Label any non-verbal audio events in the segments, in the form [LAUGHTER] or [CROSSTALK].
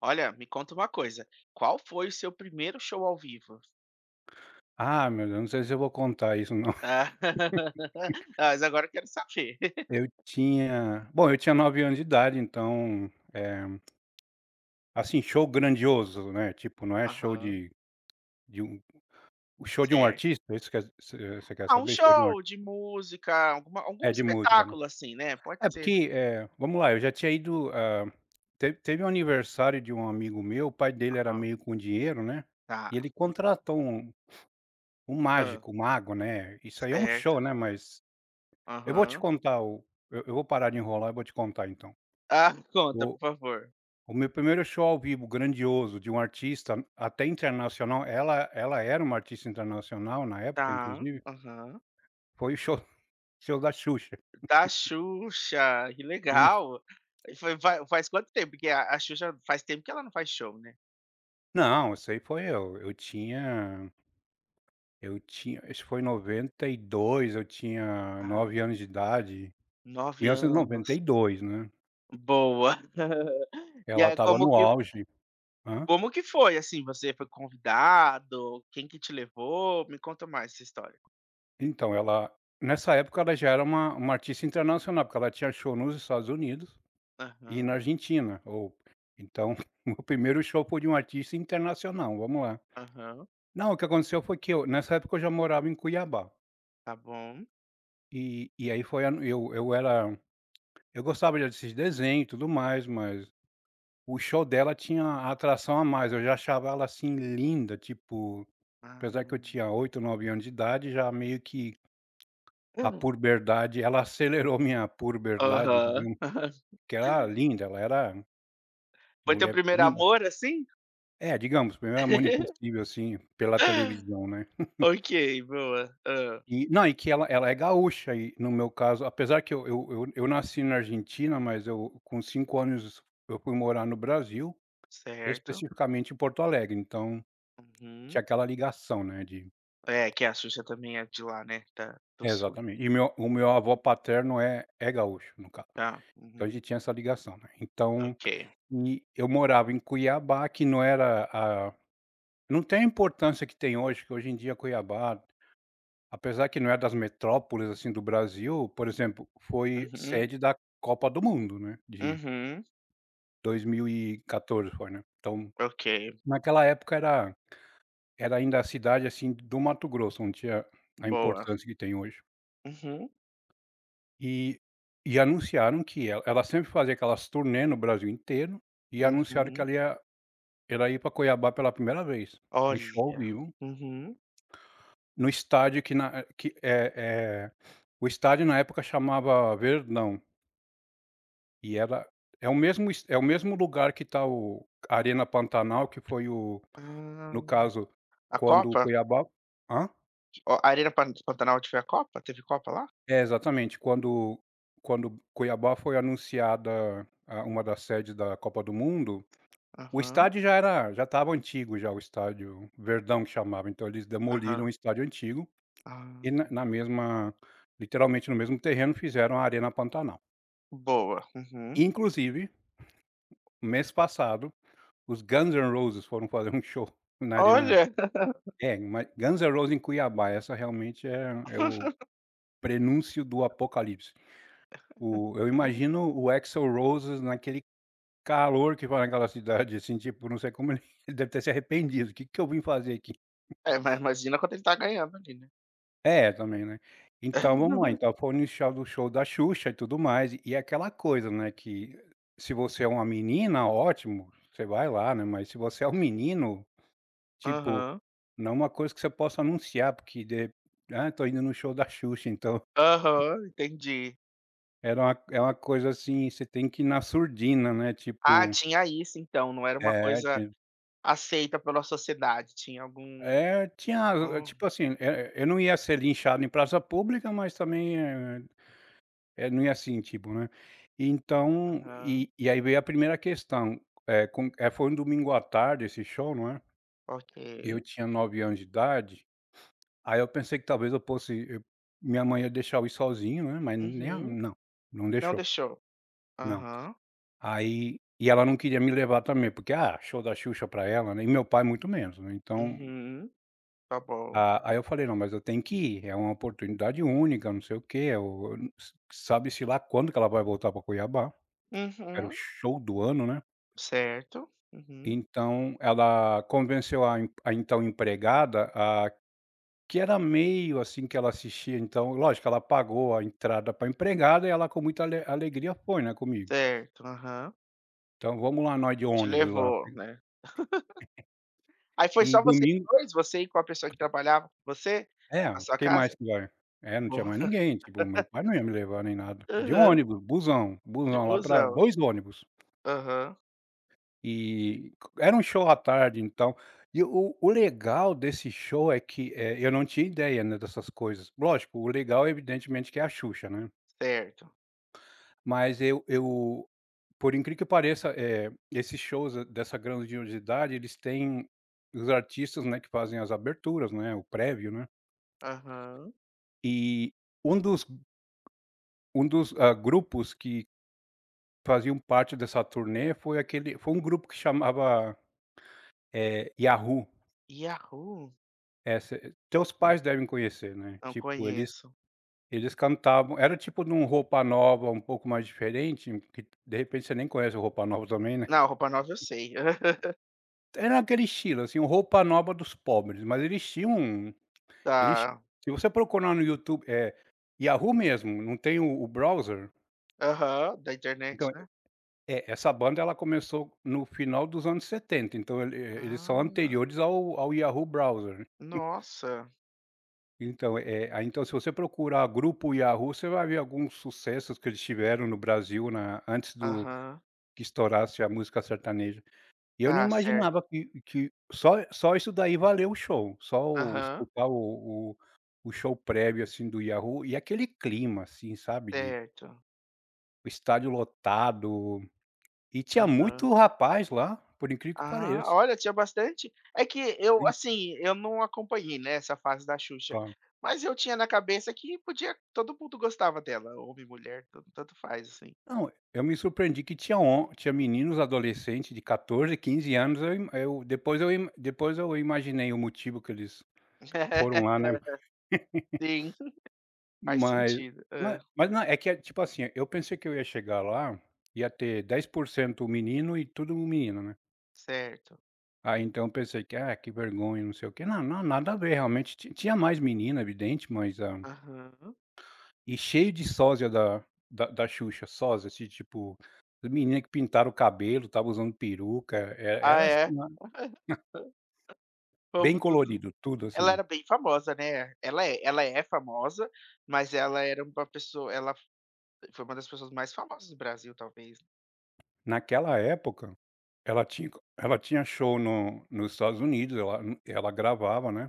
Olha, me conta uma coisa, qual foi o seu primeiro show ao vivo? Ah, meu Deus, não sei se eu vou contar isso não. [LAUGHS] Ah, [LAUGHS] ah, mas agora eu quero saber. Eu [LAUGHS] tinha bom, eu tinha 9 anos de idade, então, eh, assim, show grandioso, né, tipo, não é show Aham, de de um o show de um certo. artista, é isso que você quer Ah, um saber? Show de um show artista. de música, algum É, de música, né. espetáculo assim, né, pode É ser. porque, vamos lá, eu já tinha ido, teve um aniversário de um amigo meu, o pai dele era Aham, meio com dinheiro, né, e tá. ele contratou um Ah, mágico, um mago, né, isso aí é um certo. show, né, mas eu vou te Aham. contar o eu vou parar de enrolar e vou te contar então. Ah, [LAUGHS] conta, por O favor. O meu primeiro show ao vivo grandioso de um artista até internacional, ela era uma artista internacional na época Tá, inclusive, aham. foi o show [LAUGHS] show da Xuxa. Da Xuxa, que Sim. legal. E foi vai faz quanto tempo que a Xuxa faz tempo que ela não faz show, né? Não, isso foi em 92, eu tinha Ah, 9 anos de idade, 9 mil novecentos e noventa anos. e dois, né. Boa. [LAUGHS] E Ela aí estava no auge. Hã? como que foi, assim, você foi convidado? Quem que te levou? Me conta mais essa história. Então ela nessa época ela já era uma artista internacional, porque ela tinha show nos Estados Unidos e na Aham, Argentina, ou então [LAUGHS] o primeiro show foi de um artista internacional, vamos lá. aham, Não, o que aconteceu foi que eu nessa época eu já morava em Cuiabá, tá bom. e aí foi a eu era eu gostava já desses desenho e tudo mais, mas o show dela tinha a atração a mais, eu já achava ela, assim, linda, tipo, Ah. apesar que eu tinha 8, 9 anos de idade, já meio que a Hum, puberdade ela acelerou minha puberdade, aham. digamos, [LAUGHS] porque ela era linda, ela era Foi teu mulher primeiro linda. amor, assim? É, digamos, Primeiro Amor [LAUGHS] Impossível, assim, pela televisão, né. Ok, boa. E não, e que ela é gaúcha e, no meu caso, apesar que eu nasci na Argentina, mas eu com 5 anos eu fui morar no Brasil, Certo. especificamente em Porto Alegre, então Uhum. tinha aquela ligação, né, de É, que a Xuxa também é de lá, né, da do sul, né. exatamente. E meu O meu avô paterno é gaúcho, no caso. Tá. Então a Uhum. gente tinha essa ligação, né. Então, Ok. e eu morava em Cuiabá, que não tem a importância que tem hoje, que hoje em dia Cuiabá apesar que não é das metrópoles, assim, do Brasil, por exemplo, foi Uhum, sede da Copa do Mundo, né, de uhum. 2014 foi, né. Então, Ok, naquela época era ainda a cidade, assim, do Mato Grosso, não tinha a boa. importância que tem hoje. Uhum, E anunciaram que ela sempre fazia aquelas turnê no Brasil inteiro, e anunciaram que uhum. Ela ia pra Cuiabá pela primeira vez, um show ao Olha. vivo, Uhum. no estádio que na que, eh eh, o estádio na época chamava Verdão. E ela É o mesmo es é o mesmo lugar que está o Arena Pantanal, que foi o Ah, no caso, a quando o Copa? Cuiabá hã? Ó, a Arena Pan Pantanal teve a Copa? Teve Copa lá? É, exatamente. Quando Cuiabá foi anunciada a uma das sedes da Copa do Mundo, o Aham, estádio já estava antigo já, o estádio Verdão que chamava, então eles demoliram aham. o estádio antigo Ah, e na na mesma literalmente no mesmo terreno fizeram a Arena Pantanal. boa. Uhum. Inclusive, mês passado, os Guns N' Roses foram fazer um show na Arena. Olha! É, mas Guns N' Roses em Cuiabá, essa realmente é o prenúncio do apocalipse. O Eu [LAUGHS] imagino o Axl Rose naquele calor que vai naquela cidade, assim, tipo, não sei como ele [LAUGHS] ele deve ter se arrependido, o "Que que eu vim fazer aqui?". É, mas imagina quando ele tá ganhando ali, né. É, também, né. Então vamos lá, [LAUGHS] então foi o inicial do show da Xuxa e tudo mais, e é aquela coisa, né, que se você é uma menina, ótimo, você vai lá, né, mas se você é um menino, tipo, Aham, não é uma coisa que você possa anunciar, porque de "Ah, tô indo no show da Xuxa, então". aham, entendi. Era uma É uma coisa assim, você tem que ir na surdina, né, Ah, tipo tinha isso então, não era uma é, coisa ti aceita pela sociedade, tinha algum é, tinha oh, tipo assim, eu não ia ser linchado em praça pública, mas também, não ia assim, tipo, né. Então, aham, e aí veio a primeira questão, foi um domingo à tarde esse show, não é, ok. eu tinha 9 anos de idade, aí eu pensei que talvez eu fosse eu minha mãe ia deixar eu ir sozinho, né, mas nem a Uhum. não, não Não deixou, deixou. não. Aham, Aí ela não queria me levar também, porque, ah, show da Xuxa pra ela, né, e meu pai muito menos, né, então, uhum, tá bom. a aí eu falei: "Não, mas eu tenho que ir, é uma oportunidade única, não sei o quê, eu sabe-se lá quando que ela vai voltar pra Cuiabá", era o Uhum, show do ano, né. certo. Uhum. Então ela convenceu a então empregada, a que era meio assim que ela assistia, então lógico, ela pagou a entrada pra empregada e ela com muita alegria foi, né, comigo. Certo, aham. Então vamos lá nós de Te ônibus lá, levou, né. Aí foi e só vocês domingo dois. Você e com a pessoa que trabalhava com você, na é, sua quem casa? mais que vai? É, não tinha Boa. mais [LAUGHS] ninguém, tipo, meu pai não ia me levar nem nada. É, de Aham. ônibus, busão, De busão lá pra busão. 2 ônibus. Aham. E era um show à tarde, então o legal desse show é que, eu não tinha ideia, né, dessas coisas. Lógico, o legal evidentemente que é a Xuxa, né. Certo. Mas eu por incrível que pareça, esses shows, dessa grandiosidade, eles têm os artistas, né, que fazem as aberturas, né, o prévio, né. Aham. E um dos um dos, grupos que faziam parte dessa turnê foi aquele foi um grupo que chamava, Yahoo. Yahoo? Eh, Teus Hum, pais devem conhecer, né, não tipo conheço. eles cantavam era tipo de um Roupa Nova um pouco mais diferente, que de repente você nem conhece o Roupa Nova também, né. Não, roupa nova eu sei. [LAUGHS] Era aquele estilo, assim, o Roupa Nova dos pobres, mas eles tinham um, eles Tá. se você procurar no YouTube, Yahoo mesmo, não tem o browser, Aham, da internet, então, né. Essa banda ela começou no final dos anos 70, então eles são Ah, anteriores ao Yahoo browser, né? nossa. Então, é, aí então se você procurar grupo Yahoo, você vai ver alguns sucessos que eles tiveram no Brasil na antes do Aham. que estourasse a música sertaneja. E eu não Tá, certo. imaginava que só isso daí valeu o show, só o Aham. escutar o o show prévio, assim, do Yahoo e aquele clima, assim, sabe, de Certo. estádio lotado, e tinha Aham. muito rapaz lá, por incrível que Ah, pareça. olha, tinha bastante. É que eu, Sim, assim, eu não acompanhei, né, essa fase da Xuxa, mas eu tinha na cabeça que podia todo mundo gostava dela, homem, mulher, tanto faz, assim. não, eu me surpreendi que tinha hom tinha meninos adolescentes de 14, 15 anos, eu im eu depois eu im depois eu imaginei o motivo que eles foram [LAUGHS] lá, né, Sim, faz mas sentido. Ma mas não, é que é tipo assim, eu pensei que eu ia chegar lá, ia ter 10% menino e tudo menino, né. Certo. Aí então eu pensei que: "Ah, que vergonha, não sei o quê". Não, não, nada a ver, realmente ti tinha mais menina, evidente, mas, ah. Aham. E cheio de sósia da da Xuxa, sósia, assim, tipo, menina que pintaram o cabelo, tava usando peruca, Ah, era é? assim, a bem Como tudo colorido, tudo ela assim. era bem famosa, né? Ela é famosa, mas ela era uma pessoa ela foi uma das pessoas mais famosas do Brasil, talvez. Naquela época, ela tinha ela tinha show no nos Estados Unidos, ela gravava, né.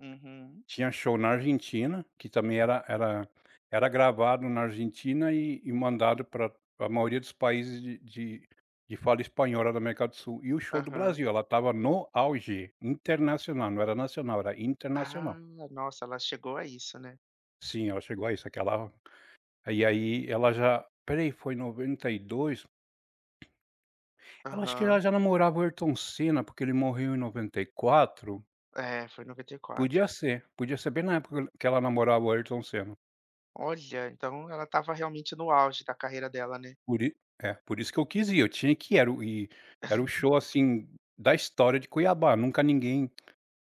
Uhum. Tinha show na Argentina, que também era era gravado na Argentina e mandado para a maioria dos países de de fala espanhola da América do Sul. E o show do Aham. Brasil, ela estava no auge, internacional, não era nacional, era internacional. Ah, nossa, ela chegou a isso, né? Sim, ela chegou a isso, aquela e aí ela já, espera aí, foi em 92. Ela acho que ela Aham. já namorava o Ayrton Senna, porque ele morreu em 94. É, foi em 94. Podia ser bem na época que ela namorava o Ayrton Senna. Olha, então ela estava realmente no auge da carreira dela, né. Por i é, por isso que eu quis ir, eu tinha que ir, era o show, assim, da história de Cuiabá, nunca ninguém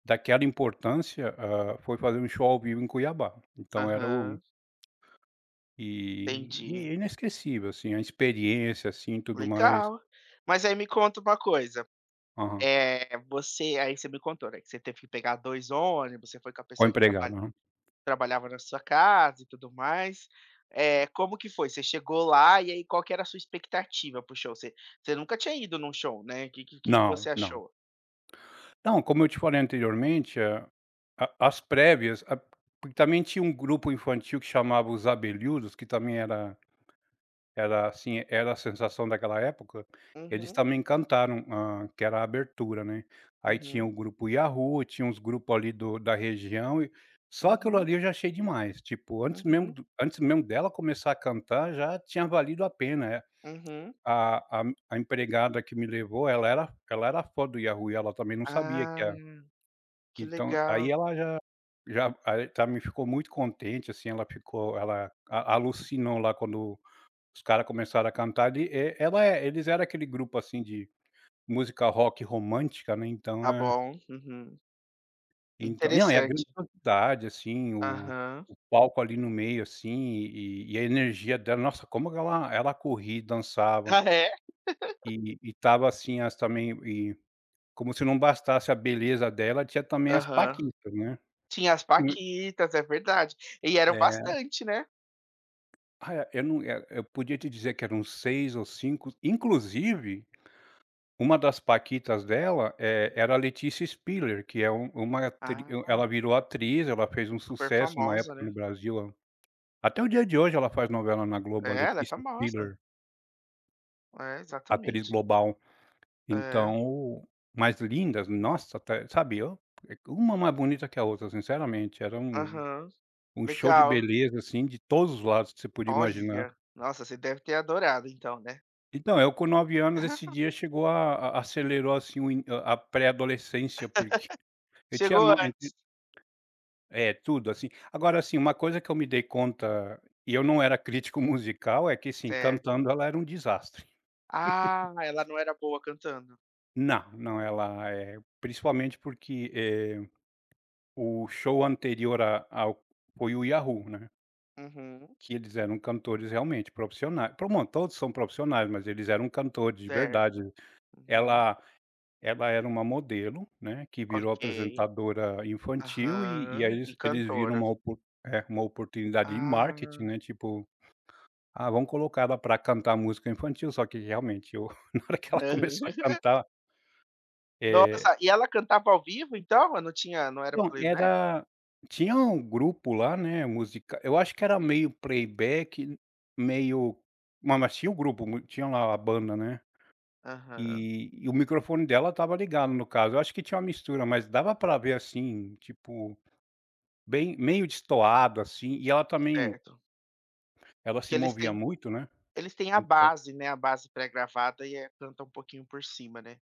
daquela importância, foi fazer um show ao vivo em Cuiabá, então era o, Aham, e entendi. é inesquecível, assim, a experiência, assim, tudo mais. Legal. Mas aí me conta uma coisa, Aham. é, você aí você me contou, né, que você teve que pegar 2 ônibus, você foi com a Com o pessoa que traba empregado, aham. trabalhava na sua casa e tudo mais. É, como que foi? Você chegou lá e aí qual que era a sua expectativa para show? Você nunca tinha ido num show, né. O que que você Não, não. achou? Não, como eu te falei anteriormente, a as prévias, a porque também tinha um grupo infantil que chamava Os Abelhudos, que também era. Era assim, era a sensação daquela época, eles Uhum, também cantaram, que era a abertura, né. Aí tinha uhum, o grupo Yahoo, tinha uns grupos ali do da região e só aquilo uhum, ali eu já achei demais, tipo, uhum, antes mesmo dela começar a cantar, já tinha valido a pena, uhum. a a a empregada que me levou, ela era fã do Yahoo e ela também não sabia que Ah, a que então, aí legal. ela já já aí tá, me ficou muito contente, assim, ela ficou ela a alucinou lá quando os cara começaram a cantar de e ela é eles era aquele grupo, assim, de música rock romântica, né, então Tá é bom, uhum. então não, é a Interessante. grandiosidade, assim, o Aham. o palco ali no meio, assim, e a energia dela, nossa, como ela corria e dançava, Ah, é? E estava assim, as também e como se não bastasse a beleza dela, tinha também as Aham. paquitas, né. Tinha as Hum, Paquitas, é verdade. E eram é, bastante, né. ah, eu não, eh, eu podia te dizer que eram 6 ou 5 inclusive. Uma das paquitas dela, era a Letícia Spiller, que é Ah, ela virou atriz, ela fez um super sucesso uma famosa, época no né. Brasil, até o dia de hoje ela faz novela na Globo, a É, ela é Letícia famosa. Spiller, É, atriz exatamente. global. É. Então mas lindas, nossa, até sabe, eu uma mais bonita que a outra, sinceramente, era Aham. um show de Legal. beleza, assim, de todos os lados que você podia imaginar. Olha, nossa, você deve ter adorado então, né. Então, eu com 9 anos, esse [LAUGHS] dia chegou a acelerou, assim, o in a pré-adolescência, porque eu tinha Chegou no. antes. É, tudo assim. Agora assim, uma coisa que eu me dei conta, e eu não era crítico [LAUGHS] musical, é que assim, Certo. cantando ela era um desastre. Ah, ela não era boa cantando. Não, não, ela é principalmente porque, o show anterior a ao foi o Yahoo, né, Uhum. que eles eram cantores realmente profissionais, pro bom, todos são profissionais, mas eles eram cantores de verdade. Certo. Uhum. Ela ela era uma modelo, né, que virou Ok. apresentadora infantil e aí Aham. E eles viram cantora. uma opor é, uma oportunidade de marketing, Ah. né, tipo. Ah, vamos colocar ela pra cantar música infantil, só que realmente eu [LAUGHS] na hora que ela começou a [LAUGHS] cantar, eh, Nossa, e ela cantava ao vivo então? Não tinha não era então playback? era tinha um grupo lá, né, música eu acho que era meio playback, meio ma mas tinha o grupo, mu tinha lá a banda, né, Aham, e o microfone dela estava ligado no caso, eu acho que tinha uma mistura, mas dava pra ver, assim, tipo, bem meio destoado, assim, e ela também certo. ela Que se movia muito, né, eles têm a então. base, né, a base pré-gravada e, canta um pouquinho por cima, né.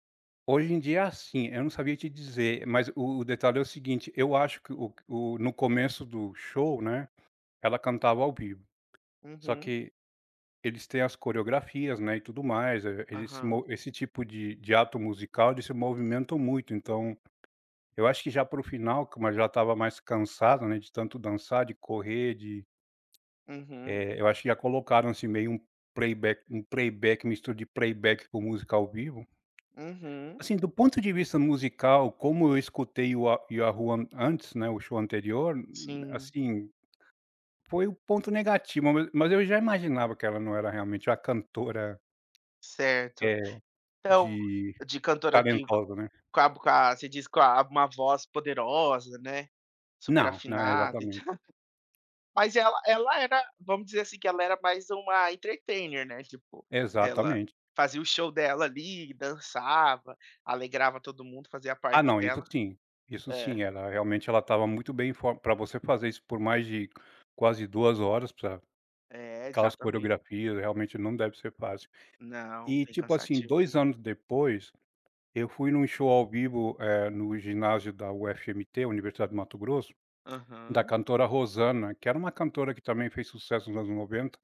Hoje em dia é assim, eu não sabia te dizer, mas o detalhe é o seguinte, eu acho que o no começo do show, né, ela cantava ao vivo, só Uhum, que eles têm as coreografias, né, e tudo mais, eles se mo aham. esse tipo de ato musical, eles se movimentam muito, então, eu acho que já para o final, como ela já estava mais cansada, né, de tanto dançar, de correr, de, Uhum, eu acho que já colocaram assim meio um playback, mistura de playback com música ao vivo. uhum. Assim, do ponto de vista musical, como eu escutei o a Yahoo an antes, né, o show anterior, Sim, assim, foi o ponto negativo, ma mas eu já imaginava que ela não era realmente a cantora, certo. eh, Então, de de cantora de co talentosa, né. Com a você diz com a uma voz poderosa, né, super Não, não, afinada. exatamente, Mas ela era, vamos dizer assim, que ela era mais uma entertainer, né, tipo, ela exatamente. fazia o show dela ali, dançava, alegrava todo mundo, fazia a Ah parte não, isso dela. sim, isso É, sim, ela realmente ela estava muito bem em for pra você fazer isso por mais de quase 2 horas pra é, aquelas exatamente. coreografias, realmente não deve ser fácil. Não, E bem tipo assim, cansativo. 2 anos depois eu fui num show ao vivo, no ginásio da UFMT, Universidade de Mato Grosso, da Aham, cantora Rosana, que era uma cantora que também fez sucesso nos anos 90,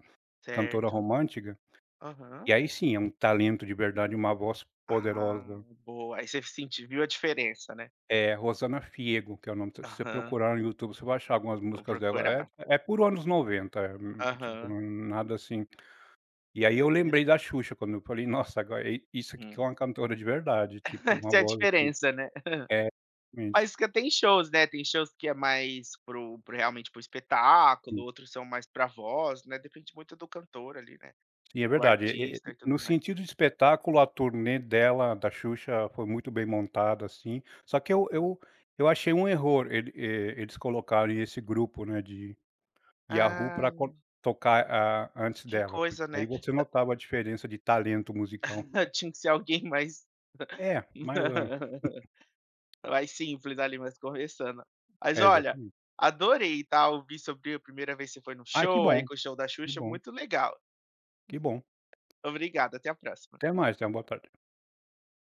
cantora certo. romântica, Aham. e aí sim, é um talento de verdade, uma voz Ah, poderosa. boa. Aí você sentiu viu a diferença, né. É Rosana Fiego, que é o nome, se você Aham, procurar no YouTube, você vai achar algumas vou músicas dela, procurar. é puro anos 90, tipo, Aham. não nada assim. E aí eu É, lembrei da Xuxa quando eu falei: "Nossa, agora i isso aqui que é hum. uma cantora de verdade", [LAUGHS] tipo, uma Essa é a voz assim diferença, né. é, mente. Mas que tem shows, né, tem shows que é mais pro o realmente pro espetáculo, outros são mais para voz, né, depende muito do cantor ali, né, Sim, é do verdade. E artista e tudo no mais. sentido de espetáculo, a turnê dela, da Xuxa, foi muito bem montada, assim. Só que eu Aham. eu eu achei um erro eles colocarem esse grupo, né, de Yahoo Ah, para tocar a antes que dela, porque coisa, aí né. você notava a diferença de talento musical. [LAUGHS] Tinha que ser alguém mais É, mas a [LAUGHS] mais simples ali, mais conversando. Mas é, olha, exatamente. adorei, tá, ouvir sobre a primeira vez que você foi no Ai, que show, aí bom, com o show da que Xuxa, bom, muito legal. que bom. Obrigado, até a próxima. Até mais, tenha uma boa tarde.